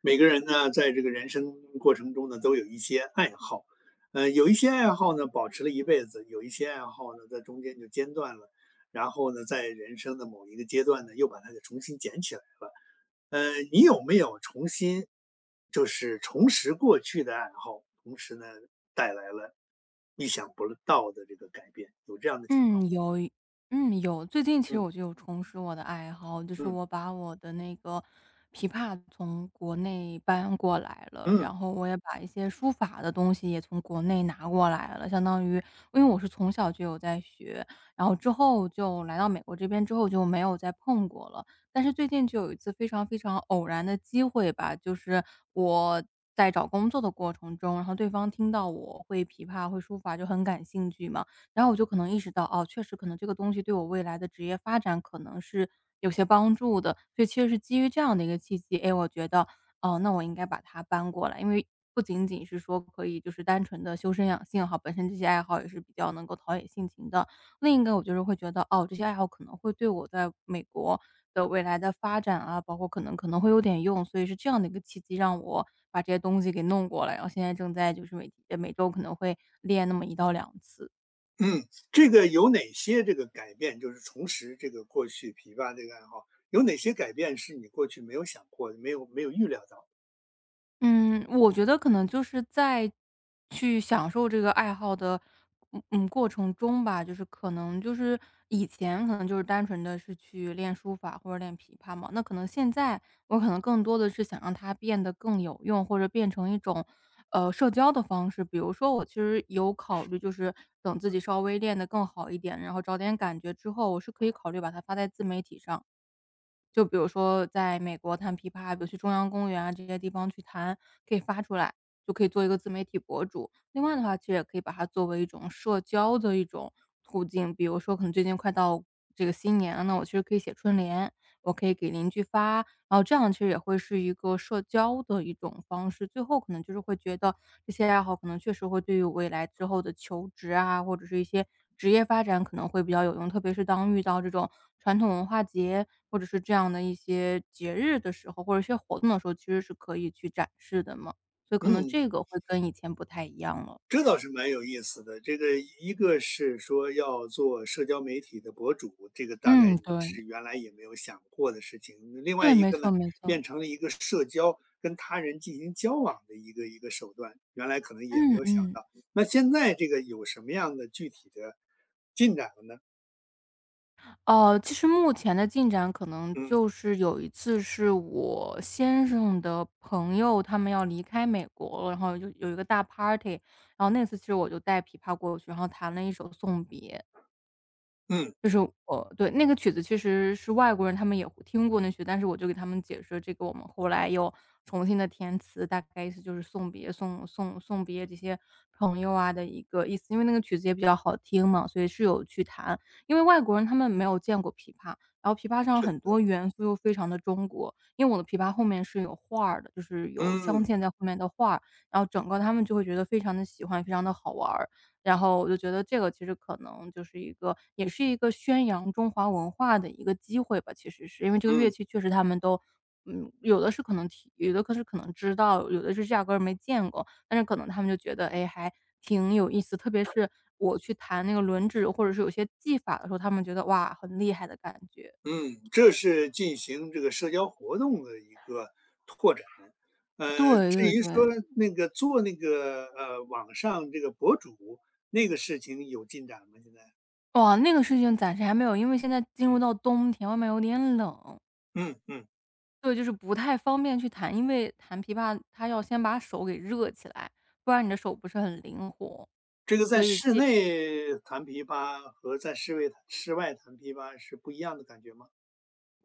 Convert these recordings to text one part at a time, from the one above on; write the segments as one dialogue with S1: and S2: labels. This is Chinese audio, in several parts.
S1: 每个人呢，在这个人生过程中呢，都有一些爱好，有一些爱好呢保持了一辈子，有一些爱好呢在中间就间断了，然后呢，在人生的某一个阶段呢，又把它给重新捡起来了。你有没有重新就是重拾过去的爱好，同时呢带来了意想不到的这个改变？有这样的情况？
S2: 嗯，嗯，有。最近其实
S1: 嗯
S2: 我就有重拾我的爱好，就是
S1: 嗯
S2: 我把我的那个琵琶从国内搬过来了，
S1: 嗯。
S2: 然后我也把一些书法的东西也从国内拿过来了，相当于。因为我是从小就有在学，然后之后就来到美国这边之后就没有再碰过了。但是最近就有一次非常非常偶然的机会吧，就是我在找工作的过程中，然后对方听到我会琵琶、会书法就很感兴趣嘛，然后我就可能意识到，哦，确实可能这个东西对我未来的职业发展可能是有些帮助的。所以其实是基于这样的一个契机，哎，我觉得，哦，那我应该把它搬过来，因为不仅仅是说可以就是单纯的修身养性哈，本身这些爱好也是比较能够陶冶性情的。另一个我就是会觉得，哦，这些爱好可能会对我在美国的未来的发展啊，包括可能会有点用，所以是这样的一个契机让我把这些东西给弄过来，然后现在正在就是每周可能会练那么一到两次。
S1: 嗯，这个有哪些这个改变，就是重拾这个过去琵琶这个爱好，有哪些改变是你过去没有想过的，没有预料到？
S2: 嗯，我觉得可能就是在去享受这个爱好的，过程中吧，就是可能就是以前可能就是单纯的是去练书法或者练琵琶嘛，那可能现在我可能更多的是想让它变得更有用，或者变成一种，社交的方式。比如说我其实有考虑，就是等自己稍微练得更好一点，然后找点感觉之后，我是可以考虑把它发在自媒体上。就比如说在美国弹琵琶，比如去中央公园啊这些地方去弹，可以发出来，就可以做一个自媒体博主。另外的话，其实也可以把它作为一种社交的一种途径，比如说可能最近快到这个新年了，那我其实可以写春联，我可以给邻居发，然后这样其实也会是一个社交的一种方式，最后可能就是会觉得这些爱好可能确实会对于未来之后的求职啊，或者是一些职业发展可能会比较有用。特别是当遇到这种传统文化节，或者是这样的一些节日的时候，或者一些活动的时候，其实是可以去展示的嘛。所以可能
S1: 嗯，
S2: 这个会跟以前不太一样了。
S1: 这倒是蛮有意思的。这个一个是说要做社交媒体的博主，这个大概
S2: 嗯，对。
S1: 是原来也没有想过的事情。另外
S2: 对，
S1: 一
S2: 没
S1: 个呢，
S2: 错没错。
S1: 变成了一个社交跟他人进行交往的一个手段，原来可能
S2: 嗯
S1: 也没有想
S2: 嗯。
S1: 到。那现在这个有什么样的具体的进展了呢？
S2: 哦，其实目前的进展可能
S1: 嗯
S2: 就是有一次是我先生的朋友，他们要离开美国了，然后就有一个大 party，然后那次其实我就带琵琶过去，然后弹了一首《送别》。
S1: 嗯，
S2: 就是对，那个曲子其实是外国人，他们也会听过那曲，但是我就给他们解释，这个我们后来又重新的填词，大概意思就是送别送别这些朋友啊的一个意思。因为那个曲子也比较好听嘛，所以是有去弹。因为外国人他们没有见过琵琶，然后琵琶上
S1: 是
S2: 很
S1: 的。
S2: 多元素又非常的中国，因为我的琵琶后面是有画儿的，就是有镶
S1: 嗯
S2: 嵌在后面的画儿，然后整个他们就会觉得非常的喜欢，非常的好玩儿。然后我就觉得这个其实可能就是也是一个宣扬中华文化的一个机会吧，其实是。因为这个乐
S1: 嗯
S2: 器确实他们都有的是可能听，有的是可能知道，有的是压根儿没见过，但是可能他们就觉得，哎，还挺有意思。特别是我去弹那个轮指，或者是有些技法的时候，他们觉得，哇，很厉害的感觉。
S1: 嗯，这是进行这个社交活动的一个拓展。
S2: 对
S1: 至
S2: 对
S1: 于说
S2: 对。
S1: 那个做那个网上这个博主那个事情有进展吗？现在？
S2: 哇，那个事情暂时还没有，因为现在进入
S1: 嗯
S2: 到冬天，外面有点冷。
S1: 嗯嗯，
S2: 对，就是不太方便去弹，因为弹琵琶它要先把手给热起来，不然你的手不是很灵活。
S1: 这个在室内弹琵琶和在室外弹琵琶是不一样的感觉吗？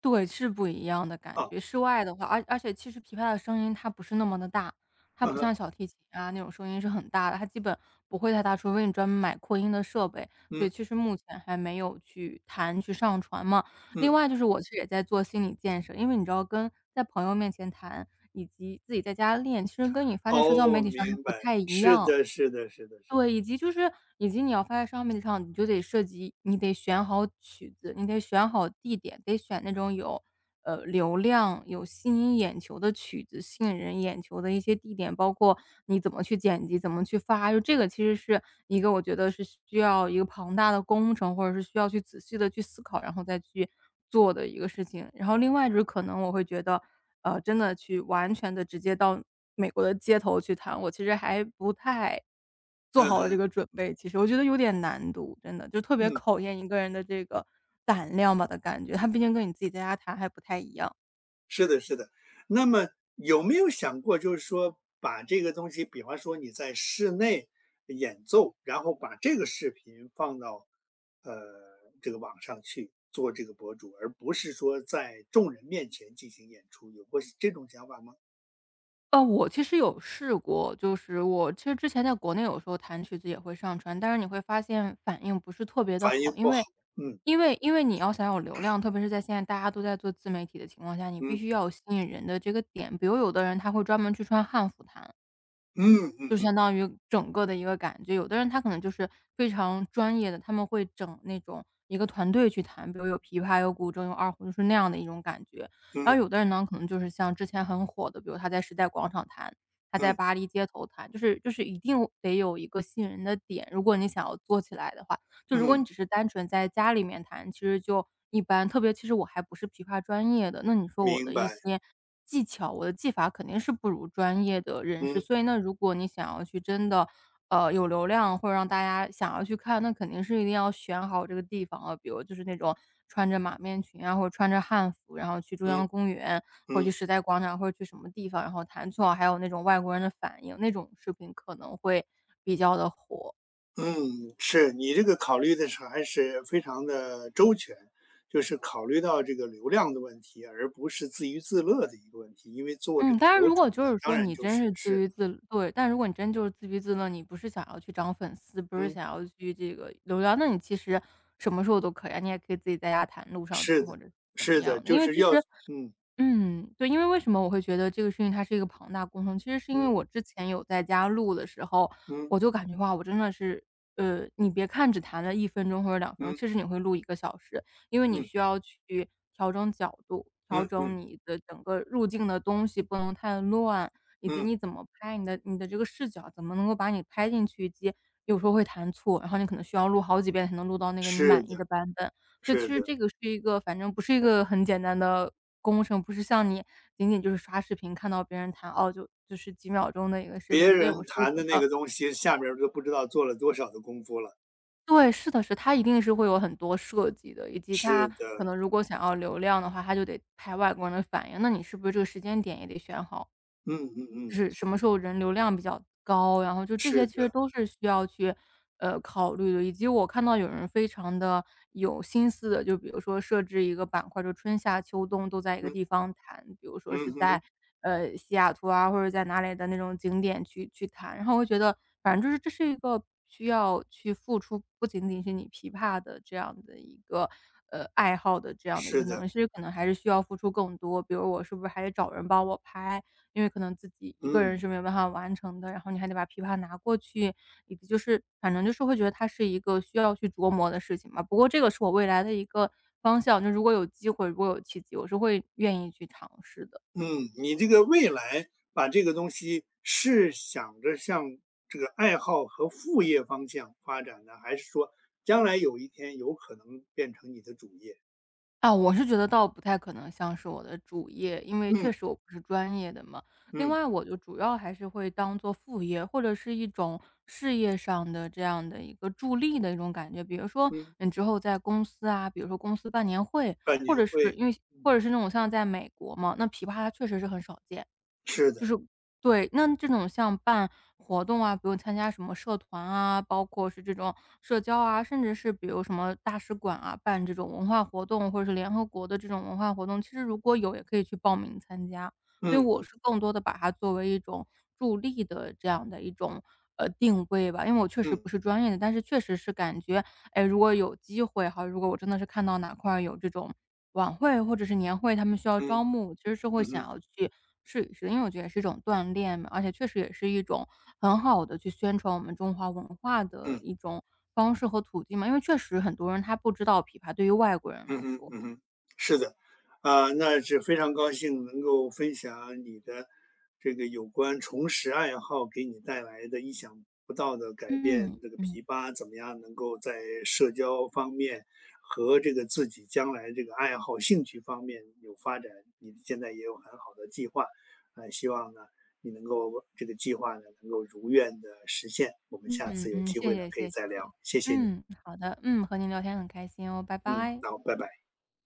S2: 对，是不一样的感
S1: 啊，
S2: 觉。室外的话，而且其实琵琶的声音它不是那么的大，它
S1: 嗯
S2: 不
S1: 哼，
S2: 像小提琴啊那种声音是很大的，它基本不会太大，除非你专门买扩音的设备，所
S1: 嗯
S2: 以其实目前还没有去弹去上传嘛。另
S1: 嗯，
S2: 外就是我其实也在做心理建设，因为你知道跟在朋友面前弹，以及自己在家练，其实跟你发在社交媒
S1: 哦，
S2: 体上还
S1: 明
S2: 不
S1: 白，
S2: 太一
S1: 是
S2: 样。
S1: 的，是的，是的，是的，
S2: 对，以及你要发在上面上，你就得涉及，你得选好曲子，你得选好地点，得选那种有，流量、有吸引眼球的曲子，吸引人眼球的一些地点，包括你怎么去剪辑，怎么去发，就这个其实是一个我觉得是需要一个庞大的工程，或者是需要去仔细的去思考，然后再去做的一个事情。然后另外就是可能我会觉得，真的去完全的直接到美国的街头去弹，我其实还不太做
S1: 嗯
S2: 好了这
S1: 哼，
S2: 个准备，其实我觉得有点难度，真的就特别
S1: 嗯。
S2: 考验一个人的这个胆量吧的感觉，他毕竟跟你自己在家弹还不太一样。
S1: 是的，是的。那么有没有想过，就是说把这个东西，比方说你在室内演奏，然后把这个视频放到呃这个网上去做这个博主，而不是说在众人面前进行演出，有过这种想法吗？
S2: 我其实有试过，就是我其实之前在国内有时候弹曲子也会上传，但是你会发现反应不是特别的
S1: 反应
S2: 好，因
S1: 不好。
S2: 为
S1: 嗯
S2: 你要想有流量，特别是在现在大家都在做自媒体的情况下，你必
S1: 嗯
S2: 须要有吸引人的这个点。比如有的人他会专门去穿汉服弹，
S1: 嗯嗯
S2: 就
S1: 嗯
S2: 相当于整个的一个感觉。有的人他可能就是非常专业的，他们会整那种一个团队去弹，比如有琵琶、有古筝、有二胡，就是那样的一种感觉。然
S1: 嗯
S2: 后有的人呢，可能就是像之前很火的，比如他在时代广场弹，他在
S1: 嗯
S2: 巴黎街头弹，就是一定得有一个吸引人的点。如果你想要做起来的话，就如果
S1: 嗯，
S2: 你只是单纯在家里面弹，其实就一般。特别其实我还不是琵琶专业的，那你说我
S1: 明
S2: 的一
S1: 白。
S2: 些技巧，我的技法肯定是不如专业的人士。
S1: 嗯
S2: 所以那如果你想要去真的，有流量或者让大家想要去看，那肯定是一定要选好这个地方啊，比如就是那种穿着马面裙啊，或者穿着汉服，然后去中
S1: 嗯
S2: 央公园，或者去
S1: 嗯。
S2: 时代广场，或者去什么地方，然后弹错，还有那种外国人的反应，那种视频可能会比较的火。
S1: 嗯，是，你这个考虑的是还是非常的周全，就是考虑到这个流量的问题，而不是自娱自乐的一个问题。因为做这
S2: 嗯，
S1: 个
S2: 当然
S1: 博
S2: 如
S1: 主
S2: 果就
S1: 呢，
S2: 是
S1: 当
S2: 说
S1: 然
S2: 你
S1: 就
S2: 真
S1: 是
S2: 是自
S1: 是，
S2: 娱自乐，但如果你真就是自娱自乐，你不是想要去涨粉丝，不是
S1: 嗯，
S2: 想要去这个流量，那你其实什么时候都可以啊，你也可以自己在家弹录上去
S1: 是
S2: 或
S1: 的，
S2: 者是怎么
S1: 是的，
S2: 样的。
S1: 就
S2: 因为
S1: 是
S2: 其
S1: 要，
S2: 实
S1: 嗯
S2: 对，因为为什么我会觉得这个事情它是一个庞大工程，其实是因为我
S1: 嗯
S2: 之前有在家录的时候，
S1: 嗯
S2: 我就感觉哇，我真的是，你别看只弹了1分钟或者2分钟，
S1: 嗯
S2: 其实你会录1个小时，因为你
S1: 嗯
S2: 需要去调整角度，调
S1: 嗯
S2: 整
S1: 嗯
S2: 你的整个入镜的东西不能太乱，以及
S1: 嗯，
S2: 你怎么拍，你的这个视角怎么能够把你拍进去，以及有时候会弹错，然后你可能需要录好几遍才能录到那个你
S1: 是
S2: 满意的
S1: 的，
S2: 版本。就其
S1: 是
S2: 实
S1: 的，
S2: 这个是一个反正不是一个很简单的工程，不是像你仅仅就是刷视频看到别人弹，哦，就是几秒钟的一个事情，
S1: 别
S2: 所以我
S1: 人
S2: 是会觉
S1: 谈的那
S2: 得
S1: 个东西，下面儿都不知道做了多少的功夫了。
S2: 对，是的是，它一定是会有很多设计的，以及
S1: 是
S2: 它可
S1: 的，
S2: 能如果想要流量的话，它就得拍外国人的反应，那你是不是这个时间点也得选好？
S1: 嗯嗯
S2: 就
S1: 嗯，
S2: 是什么时候人流量比较高，然后就这些
S1: 是
S2: 其实
S1: 的，
S2: 都是需要去，考虑的。以及我看到有人非常的有心思的，就比如说设置一个板块，就春夏秋冬都在一个地
S1: 嗯
S2: 方谈，比如说是
S1: 嗯
S2: 在，
S1: 哼，
S2: 西雅图啊，或者在哪里的那种景点去谈。然后我会觉得，反正就是这是一个需要去付出，不仅仅是你琵琶的这样的一个，爱好的这样的一个
S1: 是
S2: 能力，
S1: 的，
S2: 其实可能还是需要付出更多。比如我是不是还得找人帮我拍，因为可能自己一个人
S1: 嗯。
S2: 是没有办法完成的，然后你还得把琵琶拿过去，以及就是反正就是会觉得它是一个需要去琢磨的事情嘛。不过这个是我未来的一个方向，就如果有机会，如果有契机，我是会愿意去尝试的。
S1: 嗯，你这个未来把这个东西是想着向这个爱好和副业方向发展呢，还是说将来有一天有可能变成你的主业？
S2: 啊，我是觉得倒不太可能像是我的主业，因为确
S1: 嗯
S2: 实我不是专业的嘛。另
S1: 嗯
S2: 外，我就主要还是会当做副业，或者是一种事业上的这样的一个助力的一种感觉。比如说，
S1: 嗯，
S2: 你之后在公司啊，比如说公司办年会，
S1: 感
S2: 或
S1: 年
S2: 者是
S1: 会
S2: 因为或者是那种像在美国嘛，那琵琶它确实是很少见，
S1: 是的，
S2: 就是对，那这种像办活动啊，比如参加什么社团啊，包括是这种社交啊，甚至是比如什么大使馆啊，办这种文化活动，或者是联合国的这种文化活动，其实如果有也可以去报名参加。所以
S1: 嗯
S2: 我
S1: 嗯
S2: 是更多的把它作为一种助力的这样的一种，定位吧。因为我确实不
S1: 嗯
S2: 是专业的，但是确实是感觉，哎，如果有机会哈，如果我真的是看到哪块儿有这种晚会或者是年会，他们需要
S1: 嗯
S2: 招募，其实是会
S1: 嗯
S2: 想
S1: 哼
S2: 要去试一试，因为我觉得也是一种锻炼嘛，而且确实也是一种很好的去宣传我们中华文化的
S1: 嗯。
S2: 一种方式和途径嘛，因为确实很多人他不知道琵琶对于外国人来
S1: 嗯哼，
S2: 说。
S1: 嗯哼，是的，啊，那是非常高兴能够分享你的这个有关重拾爱好给你带来的意想不到的改变，
S2: 嗯，
S1: 这个
S2: 嗯，
S1: 琵琶怎么样能够在社交方面和这个自己将来这个爱好、兴趣方面有发展，你现在也有很好的计划，希望呢你能够这个计划呢能够如愿的实现。我们下
S2: 嗯
S1: 次有
S2: 嗯，
S1: 机
S2: 谢
S1: 会呢
S2: 谢
S1: 可以
S2: 谢谢
S1: 再
S2: 谢
S1: 聊，
S2: 谢。
S1: 谢谢你，
S2: 嗯，好的，嗯，和您聊天很开心哦，拜
S1: 嗯，
S2: 拜。
S1: 好，拜拜。